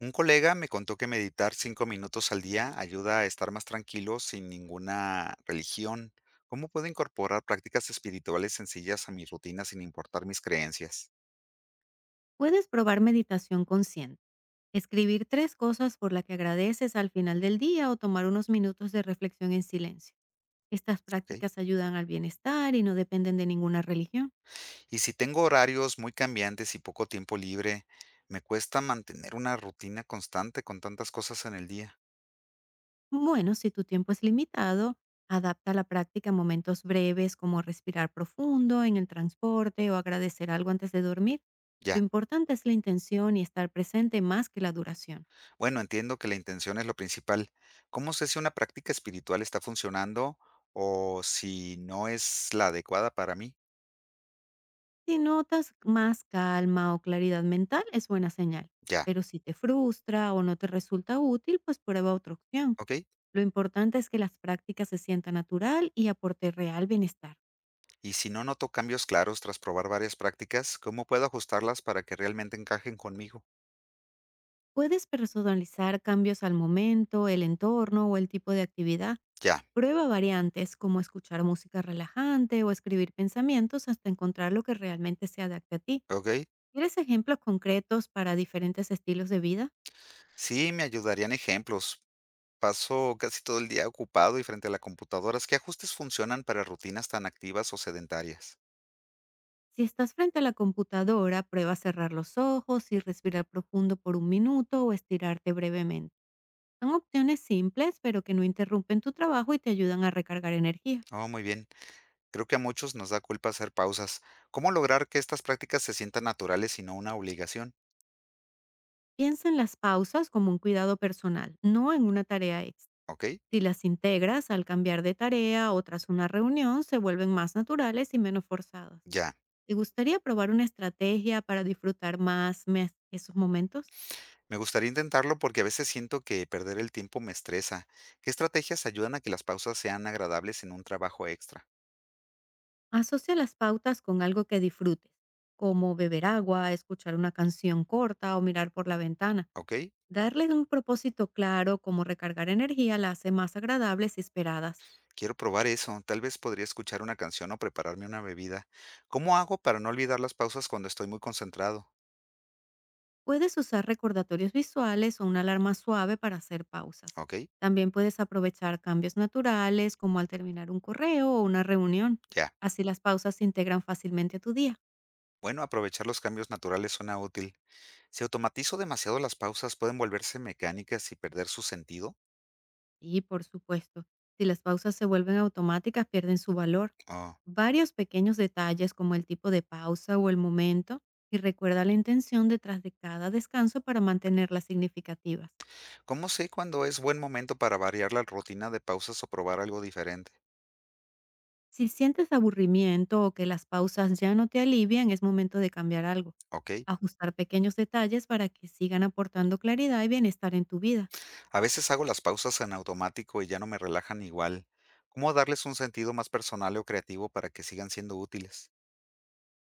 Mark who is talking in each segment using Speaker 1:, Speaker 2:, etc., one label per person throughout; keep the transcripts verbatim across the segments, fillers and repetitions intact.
Speaker 1: Un colega me contó que meditar cinco minutos al día ayuda a estar más tranquilo sin ninguna religión. ¿Cómo puedo incorporar prácticas espirituales sencillas a mi rutina sin importar mis creencias?
Speaker 2: Puedes probar meditación consciente, escribir tres cosas por las que agradeces al final del día o tomar unos minutos de reflexión en silencio. Estas
Speaker 1: ¿Ok?
Speaker 2: prácticas ayudan al bienestar y no dependen de ninguna religión.
Speaker 1: Y si tengo horarios muy cambiantes y poco tiempo libre, me cuesta mantener una rutina constante con tantas cosas en el día.
Speaker 2: Bueno, si tu tiempo es limitado, adapta la práctica a momentos breves como respirar profundo en el transporte o agradecer algo antes de dormir.
Speaker 1: Ya,
Speaker 2: Lo importante es la intención y estar presente más que la duración.
Speaker 1: bueno, entiendo que la intención es lo principal. ¿Cómo sé si una práctica espiritual está funcionando o si no es la adecuada para mí?
Speaker 2: Si notas más calma o claridad mental, es buena señal.
Speaker 1: Ya,
Speaker 2: Pero si te frustra o no te resulta útil, pues prueba otra opción.
Speaker 1: ¿ok?
Speaker 2: Lo importante es que las prácticas se sientan natural y aporte real bienestar.
Speaker 1: Y si no noto cambios claros tras probar varias prácticas, ¿cómo puedo ajustarlas para que realmente encajen conmigo?
Speaker 2: Puedes personalizar cambios al momento, el entorno o el tipo de actividad.
Speaker 1: Ya,
Speaker 2: Prueba variantes como escuchar música relajante o escribir pensamientos hasta encontrar lo que realmente se adapte a ti.
Speaker 1: ok.
Speaker 2: ¿Quieres ejemplos concretos para diferentes estilos de vida?
Speaker 1: Sí, me ayudarían ejemplos. Paso casi todo el día ocupado y frente a la computadora. ¿Qué ajustes funcionan para rutinas tan activas o sedentarias?
Speaker 2: Si estás frente a la computadora, prueba a cerrar los ojos y respirar profundo por un minuto o estirarte brevemente. Son opciones simples, pero que no interrumpen tu trabajo y te ayudan a recargar energía.
Speaker 1: Oh, muy bien. Creo que a muchos nos da culpa hacer pausas. ¿Cómo lograr que estas prácticas se sientan naturales y no una obligación?
Speaker 2: Piensa en las pausas como un cuidado personal, no en una tarea extra.
Speaker 1: Ok,
Speaker 2: Si las integras al cambiar de tarea o tras una reunión, se vuelven más naturales y menos forzadas.
Speaker 1: ya.
Speaker 2: ¿Te gustaría probar una estrategia para disfrutar más mes- esos momentos?
Speaker 1: Me gustaría intentarlo porque a veces siento que perder el tiempo me estresa. ¿Qué estrategias ayudan a que las pausas sean agradables en un trabajo extra?
Speaker 2: Asocia las pautas con algo que disfrutes, como beber agua, escuchar una canción corta o mirar por la ventana.
Speaker 1: Ok,
Speaker 2: Darle un propósito claro, como recargar energía, la hace más agradables y esperadas.
Speaker 1: quiero probar eso. Tal vez podría escuchar una canción o prepararme una bebida. ¿Cómo hago para no olvidar las pausas cuando estoy muy concentrado?
Speaker 2: Puedes usar recordatorios visuales o una alarma suave para hacer pausas.
Speaker 1: Ok,
Speaker 2: También puedes aprovechar cambios naturales, como al terminar un correo o una reunión.
Speaker 1: ya.
Speaker 2: Así las pausas se integran fácilmente a tu día.
Speaker 1: Bueno, aprovechar los cambios naturales suena útil. Si automatizo demasiado las pausas, ¿pueden volverse mecánicas y perder su sentido?
Speaker 2: Y por supuesto, si las pausas se vuelven automáticas, pierden su valor.
Speaker 1: Oh,
Speaker 2: Varios pequeños detalles como el tipo de pausa o el momento y recuerda la intención detrás de cada descanso para mantenerlas significativas.
Speaker 1: ¿cómo sé cuándo es buen momento para variar la rutina de pausas o probar algo diferente?
Speaker 2: Si sientes aburrimiento o que las pausas ya no te alivian, es momento de cambiar algo.
Speaker 1: Ok.
Speaker 2: Ajustar pequeños detalles para que sigan aportando claridad y bienestar en tu vida.
Speaker 1: A veces hago las pausas en automático y ya no me relajan igual. ¿Cómo darles un sentido más personal o creativo para que sigan siendo útiles?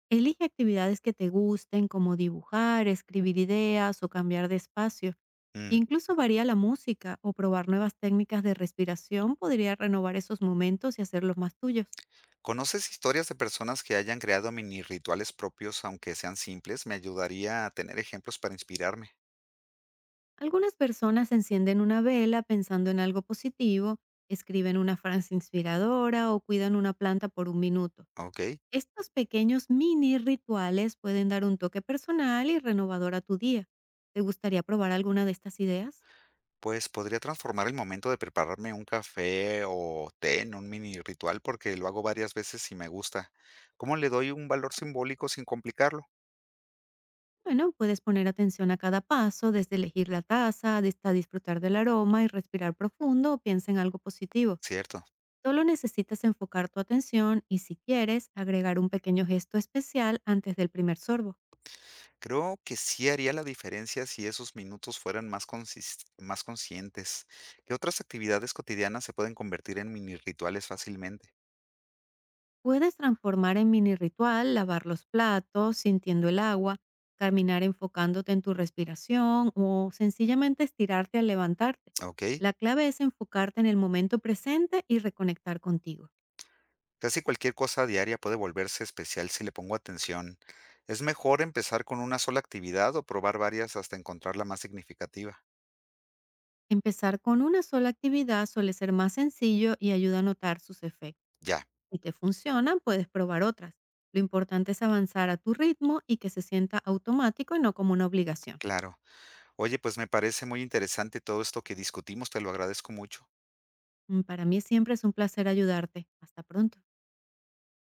Speaker 2: Elige actividades que te gusten, como dibujar, escribir ideas o cambiar de espacio.
Speaker 1: Mm.
Speaker 2: Incluso varía la música o probar nuevas técnicas de respiración podría renovar esos momentos y hacerlos más tuyos.
Speaker 1: ¿Conoces historias de personas que hayan creado mini rituales propios, aunque sean simples? Me ayudaría a tener ejemplos para inspirarme.
Speaker 2: Algunas personas encienden una vela pensando en algo positivo, escriben una frase inspiradora o cuidan una planta por un minuto.
Speaker 1: Ok,
Speaker 2: Estos pequeños mini rituales pueden dar un toque personal y renovador a tu día. ¿Te gustaría probar alguna de estas ideas?
Speaker 1: pues podría transformar el momento de prepararme un café o té en un mini ritual porque lo hago varias veces y me gusta. ¿Cómo le doy un valor simbólico sin complicarlo?
Speaker 2: Bueno, puedes poner atención a cada paso, desde elegir la taza hasta disfrutar del aroma y respirar profundo o piensa en algo positivo.
Speaker 1: Cierto.
Speaker 2: Solo necesitas enfocar tu atención y si quieres, agregar un pequeño gesto especial antes del primer sorbo.
Speaker 1: Creo que sí haría la diferencia si esos minutos fueran más consis- más conscientes. ¿Qué otras actividades cotidianas se pueden convertir en mini rituales fácilmente?
Speaker 2: Puedes transformar en mini ritual, lavar los platos, sintiendo el agua, caminar enfocándote en tu respiración o sencillamente estirarte al levantarte.
Speaker 1: Ok.
Speaker 2: La clave es enfocarte en el momento presente y reconectar contigo.
Speaker 1: Casi cualquier cosa diaria puede volverse especial si le pongo atención. Es mejor empezar con una sola actividad o probar varias hasta encontrar la más significativa.
Speaker 2: Empezar con una sola actividad suele ser más sencillo y ayuda a notar sus efectos.
Speaker 1: Ya,
Speaker 2: Si te funcionan, puedes probar otras. Lo importante es avanzar a tu ritmo y que se sienta automático y no como una obligación.
Speaker 1: claro. Oye, pues me parece muy interesante todo esto que discutimos, te lo agradezco mucho.
Speaker 2: Mm, Para mí siempre es un placer ayudarte. Hasta pronto.